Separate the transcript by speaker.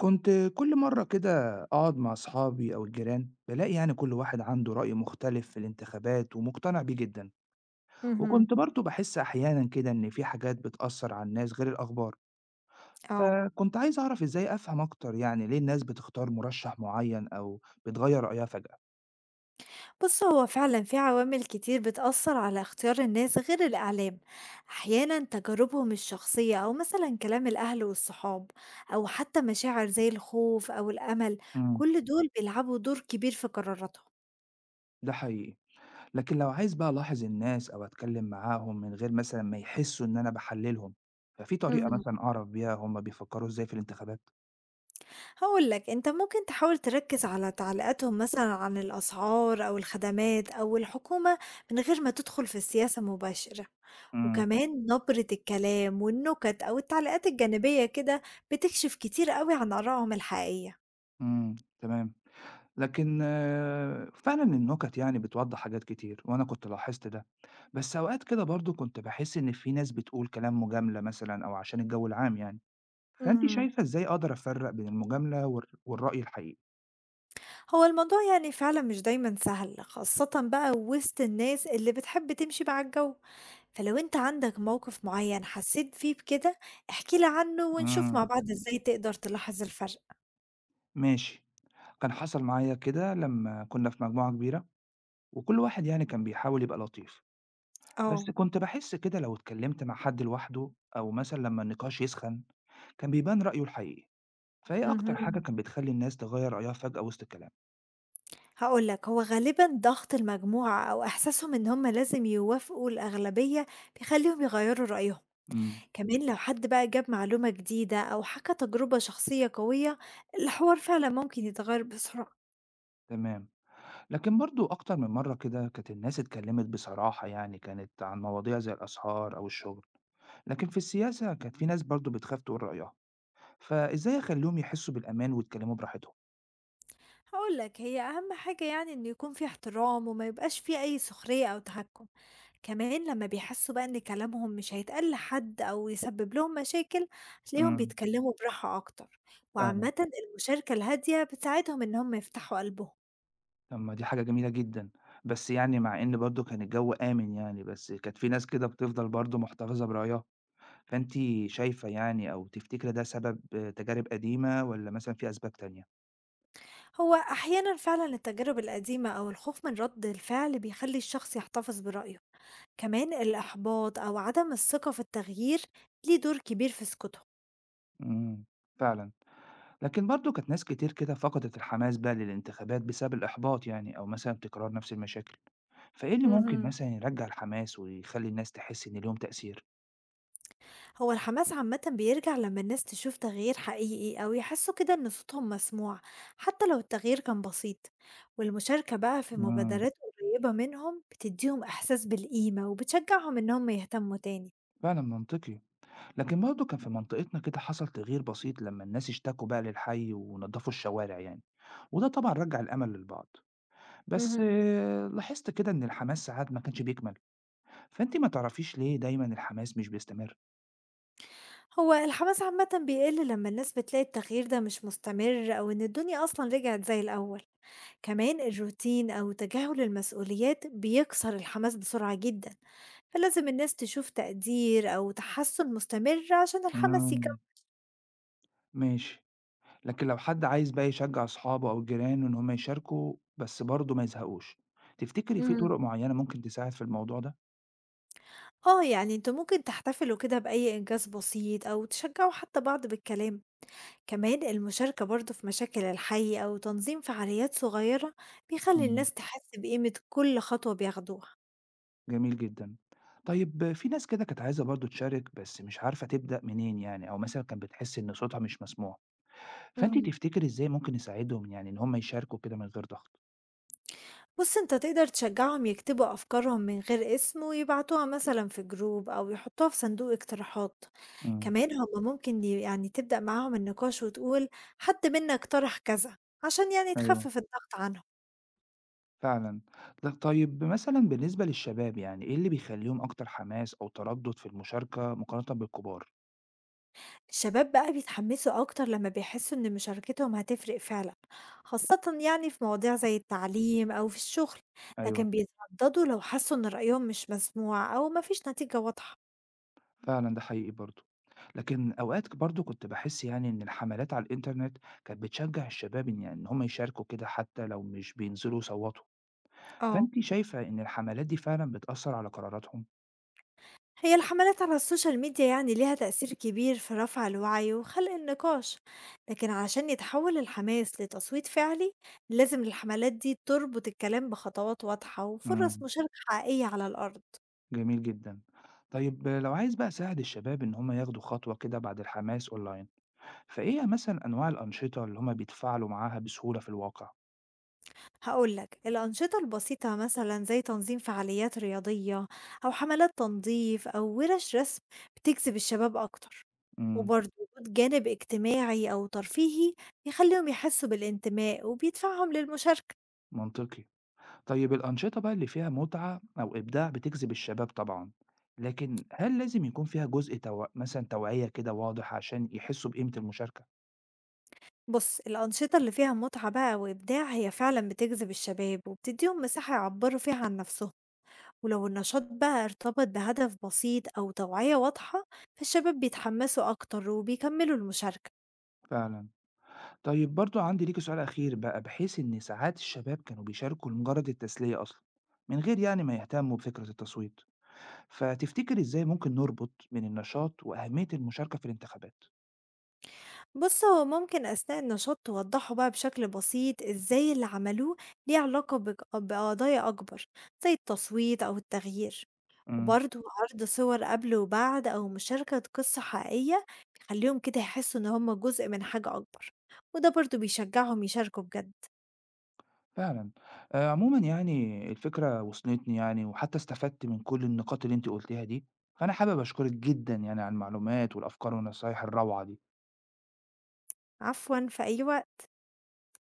Speaker 1: كنت كل مرة كده أقعد مع أصحابي أو الجيران بلاقي يعني كل واحد عنده رأي مختلف في الانتخابات ومقتنع بيه جدا.
Speaker 2: اهم،
Speaker 1: وكنت برضو بحس أحيانا كده إن في حاجات بتأثر على الناس غير الأخبار.
Speaker 2: آه.
Speaker 1: فكنت عايز أعرف إزاي أفهم أكتر يعني ليه الناس بتختار مرشح معين أو بتغير رأيها فجأة.
Speaker 2: بُص هو فعلًا في عوامل كتير بتأثّر على اختيار الناس غير الإعلام، أحيانًا تجاربهم الشخصية أو مثلًا كلام الأهل والصحاب، أو حتى مشاعر زي الخوف أو الأمل،
Speaker 1: امم
Speaker 2: كل دول بيلعبوا دور كبير في قراراتهم.
Speaker 1: ده حقيقي. لكن لو عايز بقى ألاحظ الناس أو أتكلم معاهم من غير مثلا ما يحسوا إن أنا بحللهم، ففي طريقة
Speaker 2: اهم.
Speaker 1: مثلا أعرف بيها هما بيفكروا إزاي في الانتخابات؟
Speaker 2: هاقول لك، أنت ممكن تحاول تركّز على تعليقاتهم مثلًا عن الأسعار أو الخدمات أو الحكومة من غير ما تدخل في السياسة مباشرة،
Speaker 1: امم
Speaker 2: وكمان نبرة الكلام والنكت أو التعليقات الجانبية كده بتكشف كتير أوي عن آرائهم الحقيقية.
Speaker 1: تمام. لكن فعلًا النُكَت يعني بتوضّح حاجات كتير، وأنا كنت لاحظت ده، بس أوقات كده برضه كنت باحس إن في ناس بتقول كلام مجاملة مثلًا أو عشان الجو العام يعني، فأنتِ
Speaker 2: اهم.
Speaker 1: شايفة إزاي أقدر أفرّق بين المجاملة والرأي الحقيقي؟
Speaker 2: هو الموضوع يعني فعلًا مش دايمًا سهل، خاصةً بقى وسط الناس اللي بتحب تمشي مع الجو، فلو أنت عندك موقف معين حسيت فيه بكده، احكِ لي عنه ونشوف مع
Speaker 1: إمم،
Speaker 2: بعض إزاي تقدر تلاحظ الفرق.
Speaker 1: ماشي، كان حصل معايا كده لمّا كنا في مجموعة كبيرة، وكل واحد يعني كان بيحاول يبقى لطيف، بس
Speaker 2: آه.
Speaker 1: كنت باحس كده لو اتكلمت مع حد لوحده أو مثلًا لمّا النقاش يسخن، كان بيبان رأيه الحقيقي، فإيه أكتر حاجة
Speaker 2: اهم.
Speaker 1: كانت بتخلّي الناس تغيّر رأيها فجأة وسط الكلام؟
Speaker 2: هاقول لك، هو غالبًا ضغط المجموعة أو إحساسهم إن هم لازم يوافقوا الأغلبية بيخلّيهم يغيّروا رأيهم،
Speaker 1: إمم.
Speaker 2: كمان لو حد بقى جاب معلومة جديدة أو حكى تجربة شخصية قوية، الحوار فعلًا ممكن يتغيّر بسرعة.
Speaker 1: تمام، لكن برضه أكتر من مرّة كده كانت الناس اتكلّمت بصراحة يعني كانت عن مواضيع زي الأسعار أو الشغل، لكن في السياسة كانت في ناس برضه بتخاف تقول رأيها، فإزاي أخلّيهم يحسّوا بالأمان ويتكلّموا براحتهم؟
Speaker 2: هاقول لك، هي أهم حاجة يعني إنه يكون في احترام وما يبقاش في أي سخرية أو تحكُم. كمان لمّا بيحسّوا بقى إن كلامهم مش هيتقال لحد أو يسبب لهم مشاكل، هتلاقيهم
Speaker 1: إمم،
Speaker 2: بيتكلّموا براحة أكتر،
Speaker 1: فعلًا،
Speaker 2: وعامةً المشاركة الهادية بتساعدهم إن هم يفتحوا قلبهم.
Speaker 1: طَب ما دي حاجة جميلة جدًا، بس يعني مع إن برضه كان الجو آمن يعني، بس كانت في ناس كده بتفضل برضه محتفظة برأيها، فأنتِ شايفة يعني أو تفتكري ده سبب تجارب قديمة والّا مثلًا في أسباب تانية؟
Speaker 2: هو أحيانًا فعلًا التجارب القديمة أو الخوف من رَد الفعل بيخلّي الشخص يحتفظ برأيه، كمان الإحباط أو عدم الثقة في التغيير ليه دور كبير في سكوتهم.
Speaker 1: إمم، فعلًا. لكن برضه كانت ناس كتير كده فقدت الحماس بقى للانتخابات بسبب الإحباط يعني أو مثلا تكرار نفس المشاكل، فإيه اللي ممكن
Speaker 2: اهم.
Speaker 1: مثلا يرجع الحماس ويخلي الناس تحس إن ليهم تأثير؟
Speaker 2: هو الحماس عامة بيرجع لما الناس تشوف تغيير حقيقي أو يحسوا كده إن صوتهم مسموع حتى لو التغيير كان بسيط، والمشاركة بقى في
Speaker 1: امم
Speaker 2: مبادرات قريبة منهم بتديهم إحساس بالقيمة وبتشجعهم إنهم يهتموا تاني.
Speaker 1: فعلا منطقي. لكن برضه كان في منطقتنا كده حصل تغيير بسيط لما الناس اشتكوا بقى للحي ونظفوا الشوارع يعني، وده طبعا رجع الأمل للبعض. بس
Speaker 2: مهم.
Speaker 1: لاحظت كده إن الحماس ساعات ما كانش بيكمل. فأنت ما تعرفيش ليه دايما الحماس مش بيستمر؟
Speaker 2: هو الحماس عامة بيقل لما الناس بتلاقي التغيير ده مش مستمر أو إن الدنيا أصلا رجعت زي الأول، كمان الروتين أو تجاهل المسؤوليات بيكسر الحماس بسرعة جدا، فلازم الناس تشوف تقدير أو تحسن مستمر عشان الحماس
Speaker 1: امم
Speaker 2: يكمل.
Speaker 1: ماشي. لكن لو حد عايز بقى يشجع أصحابه أو جيرانه إن هم يشاركوا بس برضه ما يزهقوش، تفتكري في
Speaker 2: امم،
Speaker 1: طرق معينة ممكن تساعد في الموضوع ده؟
Speaker 2: اه انتوا ممكن تحتفلوا كده بأي إنجاز بسيط أو تشجعوا حتى بعض بالكلام، كمان المشاركة برضو في مشاكل الحي أو تنظيم فعاليات صغيرة بيخلي
Speaker 1: إمم،
Speaker 2: الناس تحس بقيمة كل خطوة بياخدوها.
Speaker 1: جميل جدًا. طيب في ناس كده كانت عايزة برضه تشارك بس مش عارفة تبدأ منين يعني، أو مثلًا كانت بتحس إن صوتها مش مسموع، فأنتِ
Speaker 2: مم.
Speaker 1: تفتكري إزاي ممكن نساعدهم يعني إن هم يشاركوا كده من غير ضغط؟
Speaker 2: بُص، أنت تقدر تشجّعهم يكتبوا أفكارهم من غير اسم ويبعتوها مثلًا في جروب أو يحطوها في صندوق اقتراحات،
Speaker 1: إمم،
Speaker 2: كمان هم ممكن يعني تبدأ معاهم النقاش وتقول حد منا اقترح كذا عشان يعني
Speaker 1: أيوه
Speaker 2: تخفف الضغط عنهم.
Speaker 1: فعلًا. طيب مثلًا بالنسبة للشباب يعني إيه اللي بيخليهم أكتر حماس أو تردد في المشاركة مقارنة بالكبار؟
Speaker 2: الشباب بقى بيتحمسوا أكتر لمّا بيحسوا إن مشاركتهم هتفرق فعلًا، خاصةً يعني في مواضيع زي التعليم أو في الشغل،
Speaker 1: أيوه.
Speaker 2: لكن بيترددوا لو حسوا إن رأيهم مش مسموع أو ما فيش نتيجة واضحة.
Speaker 1: فعلًا ده حقيقي برضه. لكن أوقات ك برضه كنت باحس يعني إن الحملات على الإنترنت كانت بتشجّع الشباب إن يعني إن هم يشاركوا كده حتى لو مش بينزلوا يصوّتوا،
Speaker 2: آه.
Speaker 1: فأنتِ شايفة إن الحملات دي فعلًا بتأثّر على قراراتهم؟
Speaker 2: هي الحملات على السوشيال ميديا يعني ليها تأثير كبير في رفع الوعي وخلق النقاش، لكن علشان يتحول الحماس لتصويت فعلي لازم الحملات دي تربط الكلام بخطوات واضحة
Speaker 1: إمم،
Speaker 2: وفرص مشاركة حقيقية على الأرض.
Speaker 1: جميل جدًا. طيب لو عايز بقى أساعد الشباب إن هم ياخدوا خطوة كده بعد الحماس أونلاين، فإيه مثلًا أنواع الأنشطة اللي هم بيتفاعلوا معاها بسهولة في الواقع؟
Speaker 2: هقولك الأنشطة البسيطة مثلا زي تنظيم فعاليات رياضية أو حملات تنظيف أو ورش رسم بتجذب الشباب أكتر،
Speaker 1: إمم،
Speaker 2: وبرضه وجود جانب اجتماعي أو ترفيهي بيخليهم يحسوا بالانتماء وبيدفعهم للمشاركة.
Speaker 1: منطقي. طيب الأنشطة بقى اللي فيها متعة أو إبداع بتجذب الشباب طبعًا، لكن هل لازم يكون فيها جزء مثلًا توعية كده واضح عشان يحسوا بقيمة المشاركة؟
Speaker 2: بُص، الأنشطة اللي فيها متعة بقى وإبداع هي فعلًا بتجذب الشباب وبتديهم مساحة يعبّروا فيها عن نفسهم، ولو النشاط بقى ارتبط بهدف بسيط أو توعية واضحة، فالشباب بيتحمسوا أكتر وبيكملوا المشاركة.
Speaker 1: فعلًا. طيب برضه عندي ليكِ سؤال أخير بقى، بحيث إن ساعات الشباب كانوا بيشاركوا لمجرد التسلية أصلًا، من غير يعني ما يهتموا بفكرة التصويت، فتفتكري إزاي ممكن نربط بين النشاط وأهمية المشاركة في الانتخابات؟
Speaker 2: بُص، هو ممكن أثناء النشاط توضحوا بقى بشكل بسيط إزاي اللي عملوه ليه علاقة بقضايا أكبر، زي التصويت أو التغيير.
Speaker 1: إمم.
Speaker 2: وبرضه عرض صور قبل وبعد أو مشاركة قصة حقيقية بيخليهم كده يحسوا إن هم جزء من حاجة أكبر، وده برضه بيشجعهم يشاركوا بجد.
Speaker 1: فعلًا. عمومًا يعني الفكرة وصلتني يعني وحتّى استفدت من كل النقاط اللي أنتِ قُلتيها دي، فأنا حابب أشكرِك جدًا يعني على المعلومات والأفكار والنصايح الروعة دي.
Speaker 2: عفوا، في أي وقت.